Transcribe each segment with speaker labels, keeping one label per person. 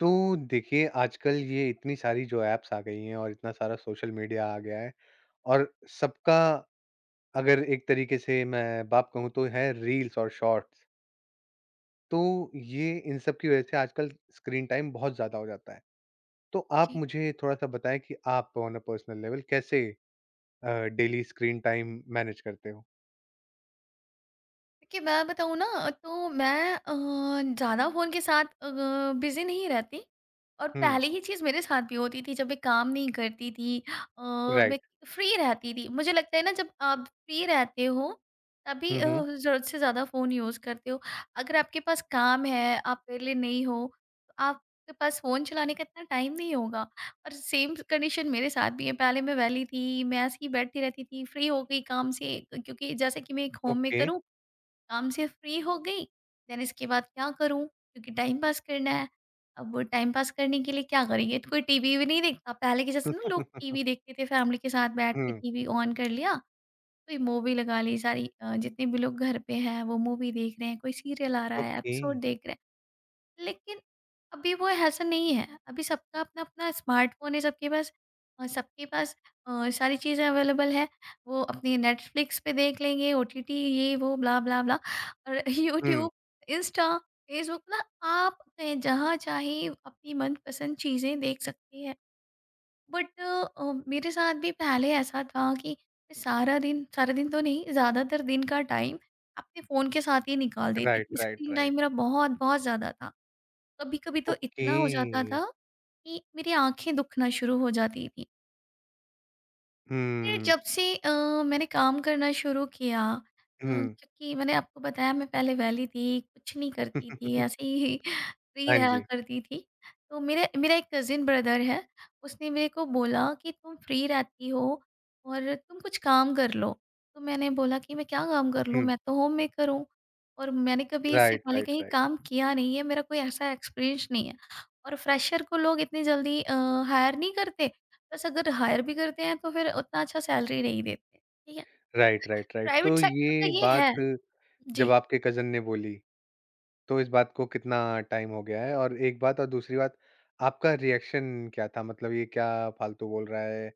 Speaker 1: तो देखिए, आजकल ये इतनी सारी जो ऐप्स आ गई हैं और इतना सारा सोशल मीडिया आ गया है और सबका अगर एक तरीके से मैं बात कहूँ तो है रील्स और शॉर्ट्स। तो ये इन सब की वज़ह से आजकल स्क्रीन टाइम बहुत ज़्यादा हो जाता है। तो आप
Speaker 2: जी।
Speaker 1: मुझे थोड़ा-सा बताएँ कि आप ऑन अ पर्सनल लेवल कैसे अ, डेली स्क्रीन टाइम मैनेज करते हो?
Speaker 2: देखिए मैं बताऊँ ना तो मैं ज़्यादा फ़ोन के साथ बिज़ी नहीं रहती और
Speaker 1: हुँ,
Speaker 2: पहले ये चीज़ मेरे साथ भी होती थी जब मैं काम नहीं करती थी। अ, मैं
Speaker 1: राइट।
Speaker 2: फ्री रहती थी। मुझे लगता है ना जब आप फ्री रहते हो तभी
Speaker 1: हुँ, हुँ,
Speaker 2: ज़रूरत से ज़्यादा फ़ोन यूज़ करते हो। अगर आपके पास काम है, आप विले नहीं हो, तो आपके पास फ़ोन चलाने का इतना टाइम नहीं होगा और सेम कंडीशन मेरे साथ भी है। पहले मैं वेली थी, मैं ऐसे ही बैठी रहती थी, फ्री हो गई काम से क्योंकि जैसे कि मैं एक
Speaker 1: ओके।
Speaker 2: होममेकर हूँ। काम से फ्री हो गई देन इसके बाद क्या करूँ क्योंकि टाइम पास करना है। अब वो टाइम पास करने के लिए क्या करेंगे तो कोई टीवी भी नहीं देखता पहले के जैसे ना लोग टीवी देखते थे फैमिली के साथ बैठ के
Speaker 1: हुँ,
Speaker 2: टीवी ऑन कर लिया, कोई मूवी लगा ली सारी। जितने भी लोग घर पे हैं वो मूवी देख रहे हैं, कोई सीरियल आ रहा है
Speaker 1: ओके।
Speaker 2: एपिसोड देख रहे हैं। लेकिन अभी वो ऐसा नहीं है। अभी सबका अपना-अपना स्मार्टफ़ोन है, सबके पास सारी चीज़ें अवेलेबल है। वो अपनी नेटफ्लिक्स पे देख लेंगे, ओटीटी ये वो ब्ला ब्ला ब्ला और
Speaker 1: हुँ,
Speaker 2: यूट्यूब, इंस्टा, फेसबुक मतलब आप कहीं जहाँ चाहे अपनी मनपसंद चीज़ें देख सकती हैं। बट मेरे साथ भी पहले ऐसा था कि मैं सारा दिन तो नहीं, ज़्यादातर दिन का टाइम अपने फ़ोन के साथ ही निकाल देती
Speaker 1: राइट,
Speaker 2: थी।
Speaker 1: Right,
Speaker 2: screen time
Speaker 1: right.
Speaker 2: मेरा बहुत-बहुत ज़्यादा था। कभी-कभी तो
Speaker 1: ओके।
Speaker 2: इतना हो जाता था कि मेरी आँखें दुखना शुरू हो जाती थी। फिर
Speaker 1: हुँ,
Speaker 2: जब से मैंने काम करना शुरू किया,
Speaker 1: हुँ।
Speaker 2: क्योंकि मैंने आपको बताया मैं पहले वैली थी, कुछ नहीं करती थी, ऐसे ही फ्री
Speaker 1: हाँ
Speaker 2: रहा
Speaker 1: जी।
Speaker 2: करती थी। तो मेरे मेरा एक कज़िन ब्रदर है, उसने मेरे को बोला कि तुम फ्री रहती हो और तुम कुछ काम कर लो। तो मैंने बोला कि मैं क्या काम कर लूँ?
Speaker 1: हुँ।
Speaker 2: मैं तो होममेकर हूँ और मैंने कभी इससे
Speaker 1: राइट,
Speaker 2: पहले
Speaker 1: राइट,
Speaker 2: कहीं
Speaker 1: राइट।
Speaker 2: काम किया नहीं है, मेरा कोई ऐसा एक्सपीरियंस नहीं है। और फ्रेशर को लोग इतनी जल्दी हायर नहीं करते, बस अगर हायर भी करते हैं तो फिर उतना अच्छा सैलरी नहीं देते, ठीक है।
Speaker 1: Right, right, right.
Speaker 2: प्राइवेट
Speaker 1: तो
Speaker 2: सेक्टर का
Speaker 1: ये
Speaker 2: ये
Speaker 1: बात
Speaker 2: है जी।
Speaker 1: जब आपके कज़न ने बोली, तो इस बात को कितना टाइम हो गया है? और एक बात और दूसरी बात, आपका रिएक्शन क्या था? मतलब ये क्या फालतू बोल रहा है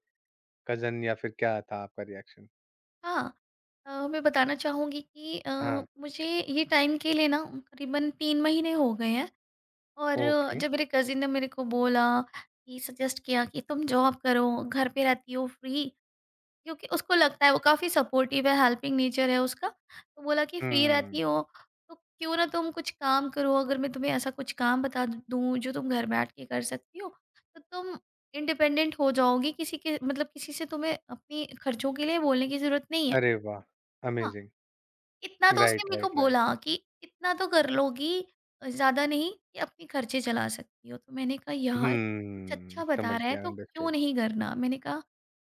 Speaker 1: कज़न या फिर क्या था आपका रिएक्शन?
Speaker 2: हाँ। मैं बताना चाहूँगी कि
Speaker 1: हाँ।
Speaker 2: मुझे ये टाइम के लिए ना करीबन 3 महीने हो गए हैं। और
Speaker 1: ओके।
Speaker 2: जब मेरे कज़िन ने मेरे को बोला कि सजेस्ट किया कि तुम जॉब करो, घर पे रहती हो फ्री, क्योंकि उसको लगता है वो काफ़ी सपोर्टिव है, हेल्पिंग नेचर है उसका। तो बोला कि फ्री
Speaker 1: हुँ।
Speaker 2: रहती हो तो क्यों ना तुम कुछ काम करो, अगर मैं तुम्हें ऐसा कुछ काम बता दूँ जो तुम घर बैठ के कर सकती हो, तो तुम इंडिपेंडेंट हो जाओगी किसी के मतलब किसी से तुम्हें अपनी खर्चों के लिए बोलने की ज़रूरत नहीं है।
Speaker 1: अरे वाह!
Speaker 2: हाँ,
Speaker 1: अमेज़िंग।
Speaker 2: इतना तो उसने
Speaker 1: राइट,
Speaker 2: मेरे को
Speaker 1: राइट, राइट।
Speaker 2: बोला कि इतना तो कर लोगी, ज़्यादा नहीं कि अपने खर्चे चला सकती हो। तो मैंने कहा यार कुछ अच्छा बता
Speaker 1: समझ
Speaker 2: रहा है
Speaker 1: गया,
Speaker 2: तो क्यों
Speaker 1: अंडरस्टूड।
Speaker 2: नहीं करना? मैंने कहा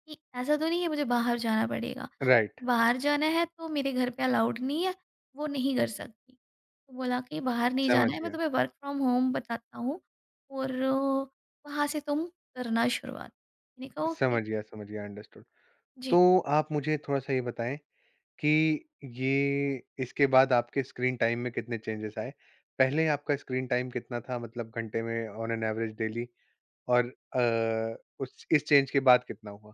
Speaker 2: कि ऐसा तो नहीं है मुझे बाहर जाना पड़ेगा।
Speaker 1: राइट,
Speaker 2: बाहर जाना है तो मेरे घर पे अलाउड नहीं है, वो नहीं कर सकती। तो बोला कि बाहर नहीं जाना
Speaker 1: समझ
Speaker 2: है मैं
Speaker 1: गया।
Speaker 2: तुम्हें वर्क फ्रॉम होम बताता हूँ और वहाँ से तुम करना शुरुआत। मैंने कहा ओके,
Speaker 1: समझ गया, समझ गया, अंडरस्टूड।
Speaker 2: जी।
Speaker 1: तो आप मुझे थोड़ा-सा ये बताएँ कि ये इसके बाद आपके स्क्रीन टाइम में कितने चेंजेस आए? पहले आपका स्क्रीन टाइम कितना था मतलब घंटे में ऑन एन एवरेज डेली और उस इस चेंज के बाद कितना हुआ?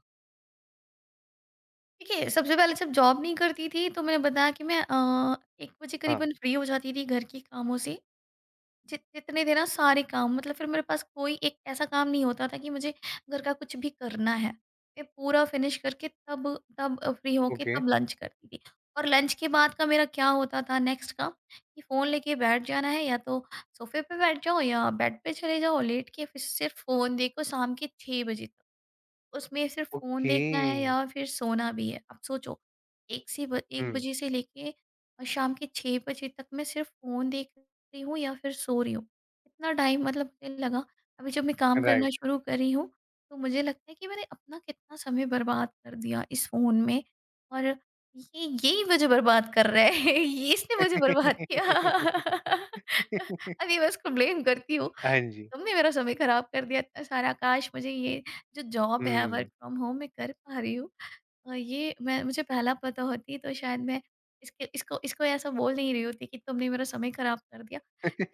Speaker 2: देखिए सबसे पहले जब जॉब नहीं करती थी तो मैंने बताया कि मैं 1 बजे
Speaker 1: हाँ,
Speaker 2: करीबन फ्री हो जाती थी घर के कामों से। जितने थे ना सारे काम, मतलब फिर मेरे पास कोई एक ऐसा काम नहीं होता था कि मुझे घर का कुछ भी करना है। मैं पूरा फिनिश करके तब तब अ, फ्री होके
Speaker 1: ओके,
Speaker 2: तब लंच करती थी और लंच के बाद का मेरा क्या होता था नेक्स्ट काम, कि फ़ोन लेके बैठ जाना है या तो सोफ़े पे बैठ जाओ या बेड पे चले जाओ लेट के, फिर सिर्फ़ फ़ोन देखो शाम के 6 बजे तक। उसमें सिर्फ फ़ोन
Speaker 1: ओके।
Speaker 2: देखना है या फिर सोना भी है। आप सोचो, 1
Speaker 1: हुँ,
Speaker 2: बजे से लेके शाम के 6 बजे तक मैं सिर्फ फ़ोन देख रही हूँ या फिर सो रही हूँ। इतना टाइम, मतलब मुझे लगा अभी जब मैं काम
Speaker 1: राइट।
Speaker 2: करना शुरू करी हूँ, तो मुझे लगता है कि मैंने अपना कितना समय बर्बाद कर दिया इस फ़ोन में और ये यही मुझे बर्बाद कर रहा है, ये इसने मुझे बर्बाद किया। अभी मैं उसको ब्लेम करती हूँ,
Speaker 1: हाँ जी,
Speaker 2: तुमने मेरा समय खराब कर दिया इतना सारा। काश मुझे ये जो जॉब है वर्क
Speaker 1: हुँ।
Speaker 2: फ्रॉम होम मैं कर पा रही हूँ, अ, ये मैं मुझे पहला पता होती तो शायद मैं इसके इसको इसको ऐसा बोल नहीं रही होती कि तुमने मेरा समय खराब कर दिया,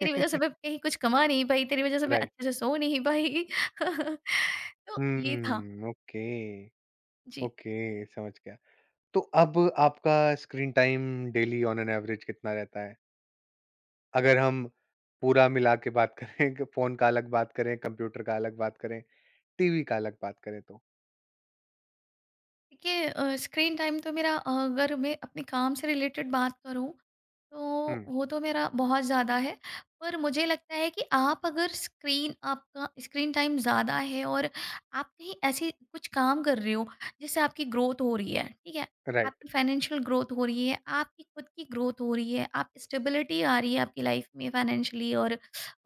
Speaker 2: तेरी वजह से मैं कहीं कुछ कमा नहीं पाई, तेरी वजह से मैं
Speaker 1: राइट,
Speaker 2: अच्छे से सो नहीं पाई। तो ये था
Speaker 1: हुँ, ओके,
Speaker 2: जी।
Speaker 1: ओके समझ गया। तो अब आपका screen time daily on an average कितना रहता है? अगर हम पूरा मिला के बात करें कि फ़ोन का अलग बात करें, कंप्यूटर का अलग बात करें, टीवी का अलग बात करें तो।
Speaker 2: देखिए स्क्रीन टाइम तो मेरा, अगर मैं अपने काम से रिलेटेड बात करूं तो
Speaker 1: हुँ,
Speaker 2: वो तो मेरा बहुत ज़्यादा है। पर मुझे लगता है कि आप अगर स्क्रीन आपका स्क्रीन टाइम ज़्यादा है और आप कहीं ऐसी कुछ काम कर रहे हो जिससे आपकी ग्रोथ हो रही है, ठीक है,
Speaker 1: राइट।
Speaker 2: आपकी फाइनेंशियल ग्रोथ हो रही है, आपकी खुद की ग्रोथ हो रही है, आप स्टेबिलिटी आ रही है आपकी लाइफ में फाइनेंशियली और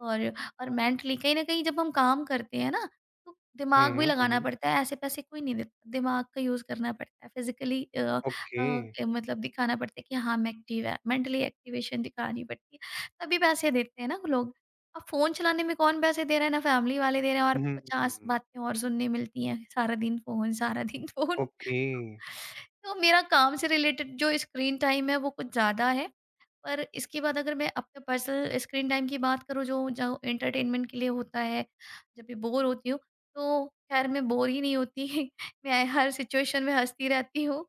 Speaker 2: और और मेंटली, कहीं ना कहीं जब हम काम करते हैं ना तो
Speaker 1: हुँ,
Speaker 2: दिमाग भी
Speaker 1: हुँ, हुँ,
Speaker 2: लगाना
Speaker 1: हुँ।
Speaker 2: पड़ता है, ऐसे पैसे कोई नहीं देता। दिमाग का यूज़ करना पड़ता है, फिज़िकली
Speaker 1: ओके।
Speaker 2: मतलब दिखाना पड़ता है कि हाँ, मैं एक्टिव है, मेंटली एक्टिवेशन दिखानी पड़ती है, तभी पैसे देते हैं ना वो लोग। अब फ़ोन चलाने में कौन पैसे दे रहा है, ना फैमिली वाले दे रहे हैं, और
Speaker 1: हुँ,
Speaker 2: 50 बातें और सुनने मिलती हैं, सारा दिन फ़ोन, सारा दिन फ़ोन।
Speaker 1: ओके।
Speaker 2: तो मेरा काम से रिलेटेड जो स्क्रीन टाइम है, वो कुछ ज़्यादा है। पर इसके बाद अगर मैं अपने पर्सनल स्क्रीन टाइम की बात करूँ जो जो एंटरटेनमेंट के लिए होता है, जब भी बोर होती हूँ, तो ख़ैर मैं बोर ही नहीं होती। मैं हर सिचुएशन में हँसती रहती हूँ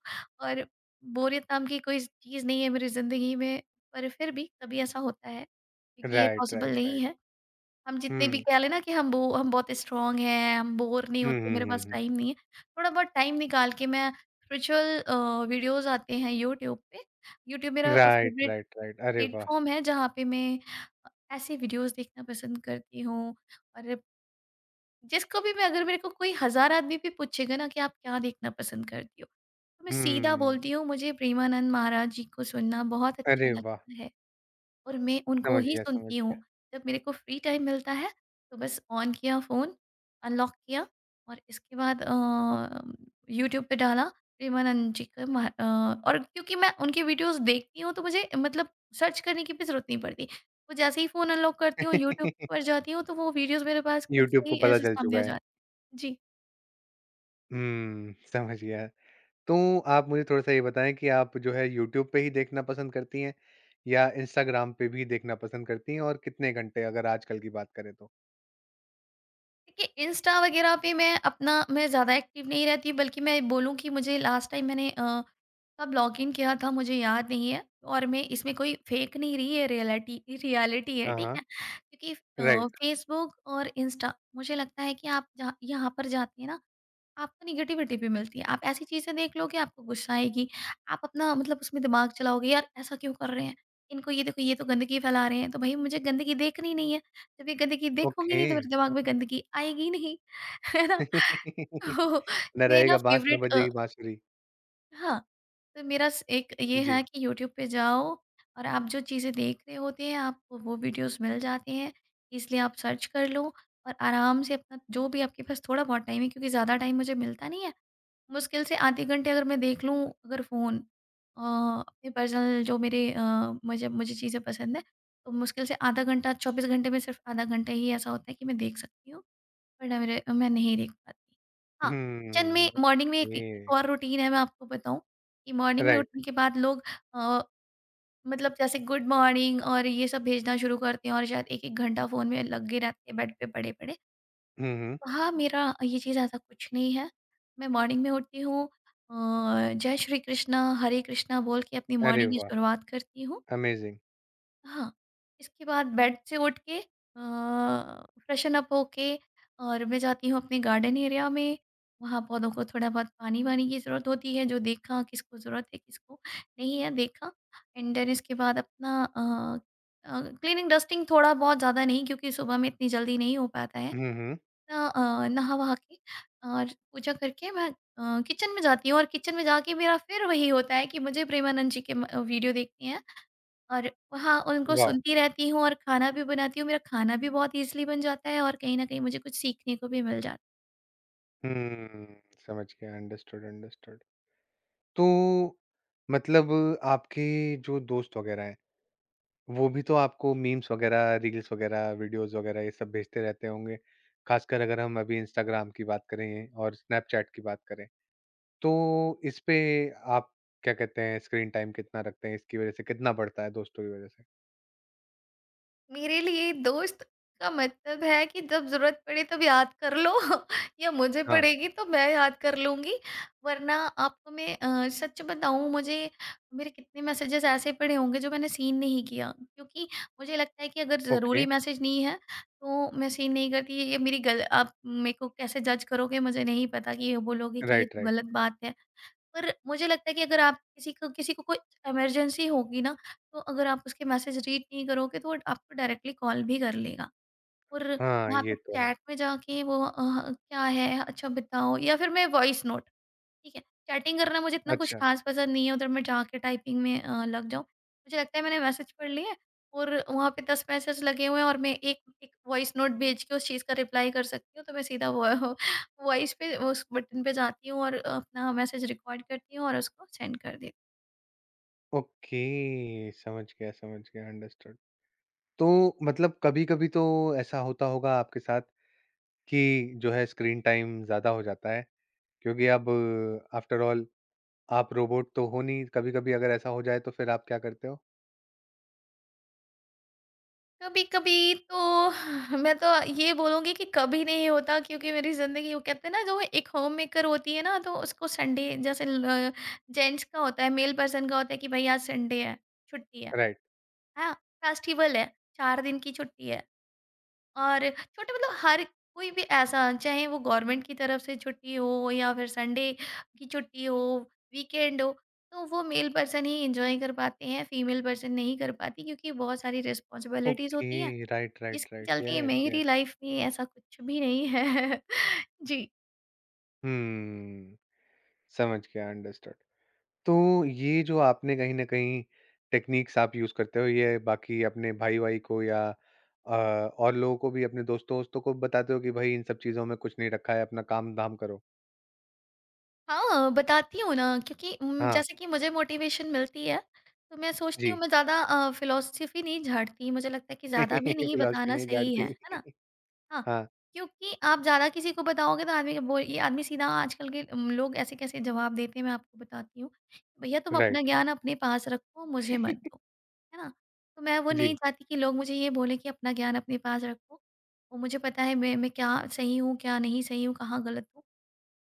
Speaker 2: और बोरियत नाम की कोई चीज़ नहीं है मेरी ज़िंदगी में, पर फिर भी कभी ऐसा होता है, क्योंकि ये
Speaker 1: राइट,
Speaker 2: पॉसिबल
Speaker 1: राइट,
Speaker 2: नहीं
Speaker 1: राइट।
Speaker 2: है। हम जितने भी
Speaker 1: हुँ।
Speaker 2: कह लें ना कि हम बहुत स्ट्रॉन्ग हैं, हम बोर नहीं
Speaker 1: हुँ,
Speaker 2: होते,
Speaker 1: हुँ,
Speaker 2: मेरे
Speaker 1: हुँ,
Speaker 2: पास
Speaker 1: हुँ।
Speaker 2: टाइम नहीं है। थोड़ा बहुत टाइम निकाल के मैं स्पिरिचुअल वीडियोज़ आते हैं यूट्यूब पे, यूट्यूब मेरा
Speaker 1: राइट,
Speaker 2: फ़ेवरेट
Speaker 1: राइट, राइट। अरे वाह!
Speaker 2: प्लेटफ़ॉर्म है जहाँ पे मैं अ, ऐसे वीडियोज़ देखना पसंद करती हूँ और जिसको भी मैं, अगर मेरे को कोई हज़ार आदमी भी पूछेगा ना कि आप क्या देखना पसंद करती हो? तो मैं सीधा
Speaker 1: हुँ,
Speaker 2: बोलती हूँ मुझे प्रेमानंद महाराज जी को सुनना बहुत अच्छा
Speaker 1: अरे वाह!
Speaker 2: लगता है। और मैं उनको
Speaker 1: समझ
Speaker 2: ही
Speaker 1: गया, समझ
Speaker 2: सुनती
Speaker 1: गया।
Speaker 2: हूँ। जब मेरे को फ्री टाइम मिलता है तो बस ऑन किया फ़ोन, अनलॉक किया और इसके बाद यूट्यूब पे डाला प्रेमानंद जी का और क्योंकि मैं उनकी वीडियोज़ देखती हूँ तो मुझे, मतलब, सर्च करने की भी ज़रूरत नहीं पड़ती। वो जैसे ही फ़ोन अनलॉक करती हूँ, यूट्यूब पर जाती हूँ तो वो वीडियोज़ मेरे पास खुद
Speaker 1: यूट्यूब
Speaker 2: से
Speaker 1: को
Speaker 2: ही
Speaker 1: पता
Speaker 2: ऐसे
Speaker 1: चल
Speaker 2: सामने
Speaker 1: चुका
Speaker 2: आ
Speaker 1: है।
Speaker 2: जाती। जी।
Speaker 1: हुँ, समझ गया। तो आप मुझे थोड़ा-सा ये बताएँ कि आप जो है यूट्यूब पे ही देखना पसंद करती हैं या इंस्टाग्राम पे भी देखना पसंद करती हैं और कितने घंटे अगर आजकल की बात करें तो?
Speaker 2: देखिए इंस्टा वगैरह पे मैं ज़्यादा एक्टिव नहीं रहती, बल्कि मैं बोलूँ कि मुझे लास्ट टाइम मैंने कब लॉग इन किया था मुझे याद नहीं है और मैं इसमें कोई फेक नहीं रही है, रियलिटी रियलिटी है,
Speaker 1: हाँ,
Speaker 2: ठीक
Speaker 1: हाँ।
Speaker 2: है, क्योंकि
Speaker 1: राइट,
Speaker 2: फेसबुक और इंस्टा मुझे लगता है कि आप जहाँ यहाँ पर जाते हैं ना आपको नेगेटिविटी भी मिलती है। आप ऐसी चीज़ें देख लोगे आपको गुस्सा आएगी। आप अपना, मतलब, उसमें दिमाग चलाओगे यार ऐसा क्यों कर रहे हैं? इनको, ये देखो ये तो गंदगी फैला रहे हैं, तो भई मुझे गंदगी देखनी नहीं है। जब ये गंदगी देखूँगी
Speaker 1: ओके।
Speaker 2: नहीं तो मेरे दिमाग में गंदगी आएगी नहीं, है ना? तो
Speaker 1: ना
Speaker 2: मेरा
Speaker 1: रहेगा बाँस ना
Speaker 2: फ़ेवरेट
Speaker 1: बजेगी बाँसुरी।
Speaker 2: हाँ, तो मेरा स एक ये है
Speaker 1: जी।
Speaker 2: कि यूट्यूब पे जाओ और आप जो चीज़ें देख रहे होते हैं आपको वो वीडियोज़ मिल जाते हैं। इसलिए आप सर्च कर लो और आराम से अपना जो भी आपके पास थोड़ा बहुत टाइम है, क्योंकि ज़्यादा टाइम मुझे मिलता नहीं है। मुश्किल से आधे घंटे अगर मैं देख लूँ, अगर फ़ोन अपने पर्सनल जो मेरे मुझे मुझे चीज़ें पसंद हैं, तो मुश्किल से आधा घंटा, 24 घंटे में सिर्फ़ आधा घंटा ही ऐसा होता है कि मैं देख सकती हूँ, वरना मेरे मैं नहीं देख पाती। हाँ। किचन
Speaker 1: हुँ,
Speaker 2: में मॉर्निंग में एक एक
Speaker 1: ओके।
Speaker 2: और रूटीन है, मैं आपको बताऊँ, कि मॉर्निंग में
Speaker 1: राइट।
Speaker 2: उठने के बाद लोग अ, मतलब जैसे गुड मॉर्निंग और ये सब भेजना शुरू करते हैं और शायद 1-1 घंटा फ़ोन में लगे रहते हैं बेड पे पड़े-पड़े।
Speaker 1: हुँ, हुँ।
Speaker 2: हाँ, मेरा ये चीज़ ऐसा कुछ नहीं है। मैं मॉर्निंग में उठती हूँ, जय श्री कृष्णा, हरे कृष्णा बोल के अपनी
Speaker 1: अरे
Speaker 2: मॉर्निंग की
Speaker 1: वाह!
Speaker 2: शुरुआत करती हूँ।
Speaker 1: अमेज़िंग।
Speaker 2: हाँ, इसके बाद बेड से उठ के फ्रेशन अप होके, और मैं जाती हूँ अपने गार्डन एरिया में। वहाँ पौधों को थोड़ा बहुत पानी-वानी की ज़रूरत होती है, जो देखा किसको ज़रूरत है, किसको नहीं है, देखा। एंड देन इसके बाद अपना क्लीनिंग, डस्टिंग, थोड़ा बहुत, ज़्यादा नहीं क्योंकि सुबह में इतनी जल्दी नहीं हो पाता है।
Speaker 1: हुँ, हुँ।
Speaker 2: अपना नहा-वहा के और पूजा करके मैं किचन में जाती हूँ, और किचन में जाके मेरा फिर वही होता है कि मुझे प्रेमानंद जी के म वीडियो देखने हैं, और वहाँ उनको
Speaker 1: वाव!
Speaker 2: सुनती रहती हूँ और खाना भी बनाती हूँ। मेरा खाना भी बहुत ईज़िली बन जाता है, और कहीं न कहीं मुझे कुछ सीखने को भी मिल जाता है।
Speaker 1: हुँ, समझ गया अंडरस्टूड, अंडरस्टूड। तो मतलब आपके जो दोस्त वगैरह हैं वो भी तो आपको मीम्स वगैरह, रील्स वगैरह, वीडियोज़ वगैरह ये सब भेजते रहते होंगे। ख़ासकर अगर हम अभी इंस्टाग्राम की बात करें और स्नैपचैट की बात करें। तो इस पे आप क्या कहते हैं स्क्रीन टाइम कितना रखते हैं? इसकी वज़ह से कितना बढ़ता है दोस्तों की वज़ह से?
Speaker 2: मेरे लिए दोस्त का मतलब है कि जब ज़रूरत पड़े तब याद कर लो या मुझे
Speaker 1: हाँ।
Speaker 2: पड़ेगी तो मैं याद कर लूँगी। वरना आपको मैं सच बताऊँ, मुझे मेरे कितने मैसेजेस ऐसे पड़े होंगे जो मैंने सीन नहीं किया, क्योंकि मुझे लगता है कि अगर
Speaker 1: ओके,
Speaker 2: ज़रूरी मैसेज नहीं है तो मैं सीन नहीं करती। ये मेरी गल, आप मेरे को कैसे जज करोगे मुझे नहीं पता, कि ये बोलोगे कि ये
Speaker 1: राइट,
Speaker 2: तो
Speaker 1: राइट।
Speaker 2: गलत बात है। पर मुझे लगता है कि अगर आप किसी को कुछ इमरजेंसी होगी ना, तो अगर आप उसके मैसेज रीड नहीं करोगे तो वो आपको डायरेक्टली कॉल भी कर लेगा। और
Speaker 1: हाँ,
Speaker 2: वहाँ
Speaker 1: ये
Speaker 2: पे
Speaker 1: तो है।
Speaker 2: चैट में जाके वो क्या है? अच्छा बताओ, या फिर मैं वॉइस नोट, ठीक है, चैटिंग करना मुझे इतना कुछ
Speaker 1: अच्छा,
Speaker 2: ख़ास पसंद नहीं है, उधर मैं जाके टाइपिंग में लग जाऊँ। मुझे लगता है मैंने मैसेज पढ़ लिए, और वहाँ पे 10 मैसेज लगे हुए हैं, और मैं एक एक वॉइस नोट भेज के उस चीज़ का रिप्लाई कर सकती हूँ, तो मैं सीधा वो वॉइस पे उस बटन पे जाती हूँ और अपना मैसेज रिकॉर्ड करती हूँ और उसको सेंड कर देती हूँ।
Speaker 1: ओके समझ गया अंडरस्टूड। तो मतलब कभी-कभी तो ऐसा होता होगा आपके साथ कि जो है स्क्रीन टाइम ज़्यादा हो जाता है क्योंकि अब आफ्टर ऑल आप रोबोट तो हो नहीं, कभी-कभी अगर ऐसा हो जाए तो फिर आप क्या करते हो?
Speaker 2: कभी कभी तो मैं तो ये बोलूँगी कि कभी नहीं होता, क्योंकि मेरी ज़िंदगी, वो कहते हैं ना, जो एक होम मेकर होती है ना, तो उसको संडे जैसे जेंट्स का होता है, मेल पर्सन का होता है कि भाई आज संडे है, छुट्टी है,
Speaker 1: राइट,
Speaker 2: हाँ, फेस्टिवल है, 4 दिन की छुट्टी है, और छोटे, मतलब हर कोई भी ऐसा चाहे, वो गवर्नमेंट की तरफ से छुट्टी हो या फिर संडे की छुट्टी हो, वीकेंड हो, तो वो मेल पर्सन ही इंजॉय कर पाते हैं, फीमेल पर्सन नहीं कर पाती, क्योंकि बहुत सारी रिस्पॉन्सिबिलिटीज़
Speaker 1: ओके,
Speaker 2: होती हैं,
Speaker 1: राइट, राइट,
Speaker 2: जिसके
Speaker 1: राइट,
Speaker 2: चलते
Speaker 1: येस,
Speaker 2: मेरी
Speaker 1: येस।
Speaker 2: लाइफ में ऐसा कुछ भी नहीं है। जी।
Speaker 1: हुँ, समझ गया, अंडरस्टूड। तो ये जो आपने कहीं न कहीं टेक्नीक्स आप यूज़ करते हो, ये बाकी अपने भाई-वाई को या अ, और लोगों को भी अपने दोस्तों-वोस्तों को बताते हो कि भाई इन सब चीज़ों में कुछ नहीं रखा है, अपना काम-धाम करो?
Speaker 2: हाँ, बताती हूँ ना, क्योंकि
Speaker 1: हाँ,
Speaker 2: जैसे कि मुझे मोटिवेशन मिलती है, तो मैं सोचती हूँ,
Speaker 1: जी।
Speaker 2: मैं ज़्यादा फिलोसफी नहीं झाड़ती। मुझे लगता है कि ज़्यादा भी नहीं
Speaker 1: फिलॉसफी
Speaker 2: बताना
Speaker 1: नहीं
Speaker 2: सही है
Speaker 1: झाड़ती।
Speaker 2: ना? हाँ।
Speaker 1: हाँ,
Speaker 2: क्योंकि आप ज़्यादा किसी को बताओगे, तो आदमी बोल, ये आदमी सीधा, आजकल के लोग ऐसे कैसे जवाब देते हैं मैं आपको बताती हूँ, भैया तुम अपना
Speaker 1: राइट,
Speaker 2: ज्ञान अपने पास रखो, मुझे मत दो, है ना? तो मैं वो नहीं
Speaker 1: जी,
Speaker 2: चाहती कि लोग मुझे ये बोलें कि अपना ज्ञान अपने पास रखो। और मुझे पता है मैं क्या सही हूँ, क्या नहीं सही हूँ, कहाँ गलत हूँ।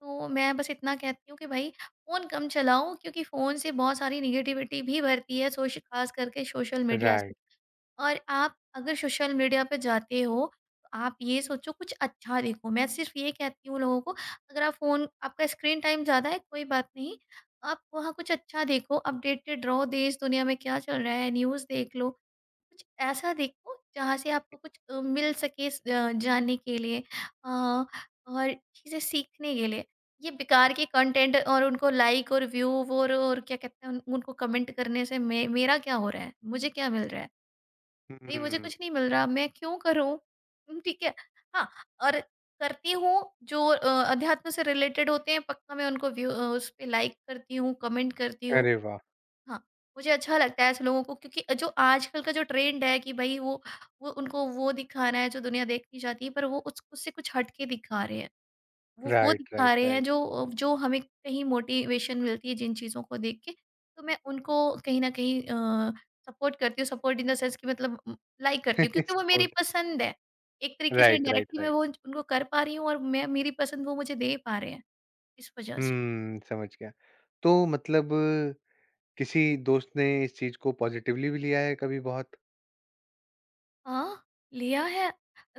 Speaker 2: तो मैं बस इतना कहती हूँ कि भई फ़ोन कम चलाओ, क्योंकि फ़ोन से बहुत सारी नेगेटिविटी भी भरती है, सोश ख़ास करके सोशल मीडिया से।
Speaker 1: राइट,
Speaker 2: और आप अगर सोशल मीडिया पे जाते हो, तो आप ये सोचो, कुछ अच्छा देखो। मैं सिर्फ़ ये कहती हूँ लोगों को, अगर आप फ़ोन, आपका स्क्रीन टाइम ज़्यादा है कोई बात नहीं, आप वहाँ कुछ अच्छा देखो, अपडेटेड रहो देश दुनिया में क्या चल रहा है, न्यूज़ देख लो। कुछ ऐसा देखो जहाँ से आपको कुछ मिल सके, जानने के लिए, अ, और चीज़ें सीखने के लिए। ये बेकार के कंटेंट, और उनको लाइक और व्यू और क्या कहते हैं, उनको कमेंट करने से मेरा क्या हो रहा है, मुझे क्या मिल रहा है? भाई मुझे
Speaker 1: हुँ।
Speaker 2: कुछ नहीं मिल रहा, मैं क्यों करूँ? ठीक है। हाँ, और करती हूँ जो अध्यात्म से रिलेटेड होते हैं, पक्का मैं उनको व्यू, उस पर लाइक करती हूँ, कमेंट करती हूँ।
Speaker 1: अरे वाह!
Speaker 2: हाँ, मुझे अच्छा लगता है ऐसे लोगों को, क्योंकि जो आजकल का जो ट्रेंड है कि भई, वो उनको वो दिखाना है जो दुनिया देखनी चाहती है, पर वो उस उससे कुछ हट के दिखा रहे हैं। वो
Speaker 1: राइट,
Speaker 2: दिखा
Speaker 1: राइट,
Speaker 2: रहे हैं
Speaker 1: राइट।
Speaker 2: जो जो हमें कहीं मोटिवेशन मिलती है, जिन चीज़ों को देख के, तो मैं उनको कहीं न कहीं सपोर्ट करती हूँ, सपोर्ट इन द सेंस कि मतलब लाइक करती हूँ, क्योंकि वो मेरी
Speaker 1: सपोर्ट
Speaker 2: पसंद है। एक तरीके से
Speaker 1: राइट, राइट,
Speaker 2: इनडायरेक्टली मैं
Speaker 1: राइट।
Speaker 2: वो उनको कर पा रही हूँ, और मैं, मेरी पसंद वो मुझे दे पा रहे हैं, इस वजह से।
Speaker 1: हुँ, समझ गया। तो मतलब किसी दोस्त ने इस चीज़ को पॉज़िटिवली भी लिया है कभी बहुत?
Speaker 2: हाँ, लिया है।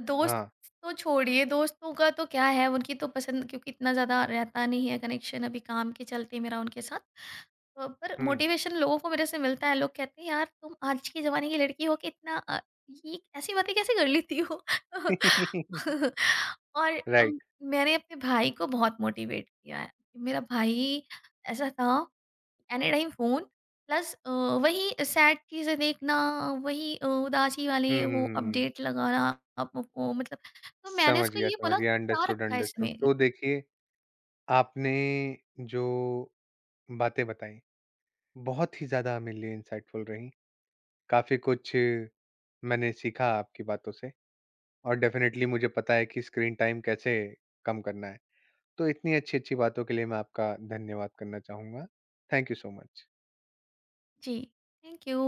Speaker 2: दोस्त
Speaker 1: हाँ।
Speaker 2: तो छोड़िए, दोस्तों का तो क्या है, उनकी तो पसंद, क्योंकि इतना ज़्यादा रहता नहीं है कनेक्शन अभी काम के चलते मेरा उनके साथ। पर
Speaker 1: हुँ।
Speaker 2: मोटिवेशन लोगों को मेरे से मिलता है। लोग कहते हैं, "यार, तुम आज के ज़माने की लड़की हो के इतना ये ऐसी बातें कैसे कर लेती हो?" और
Speaker 1: राइट।
Speaker 2: मैंने अपने भाई को बहुत मोटिवेट किया है। मेरा भाई ऐसा था एनी टाइम फ़ोन, प्लस वही सैड चीज़ें देखना, वही उदासी वाले
Speaker 1: हुँ, हुँ,
Speaker 2: वो
Speaker 1: हुँ, हुँ।
Speaker 2: अपडेट लगाना, अप वो मतलब, तो मैंने
Speaker 1: समझ
Speaker 2: उसको
Speaker 1: गया,
Speaker 2: ये
Speaker 1: समझ
Speaker 2: बोला कि
Speaker 1: गया।
Speaker 2: क्या
Speaker 1: अंडरस्टूड,
Speaker 2: रखा है
Speaker 1: अंडरस्टूड।
Speaker 2: इसमें?
Speaker 1: तो देखिए, आपने जो बातें बताई, बहुत ही ज़्यादा मेरे लिए इंसाइटफुल रहीं। काफ़ी कुछ मैंने सीखा आपकी बातों से और डेफ़िनेटली मुझे पता है कि स्क्रीन टाइम कैसे कम करना है। तो इतनी अच्छी-अच्छी बातों के लिए मैं आपका धन्यवाद करना चाहूँगा। Thank you so much.
Speaker 2: जी, थैंक यू।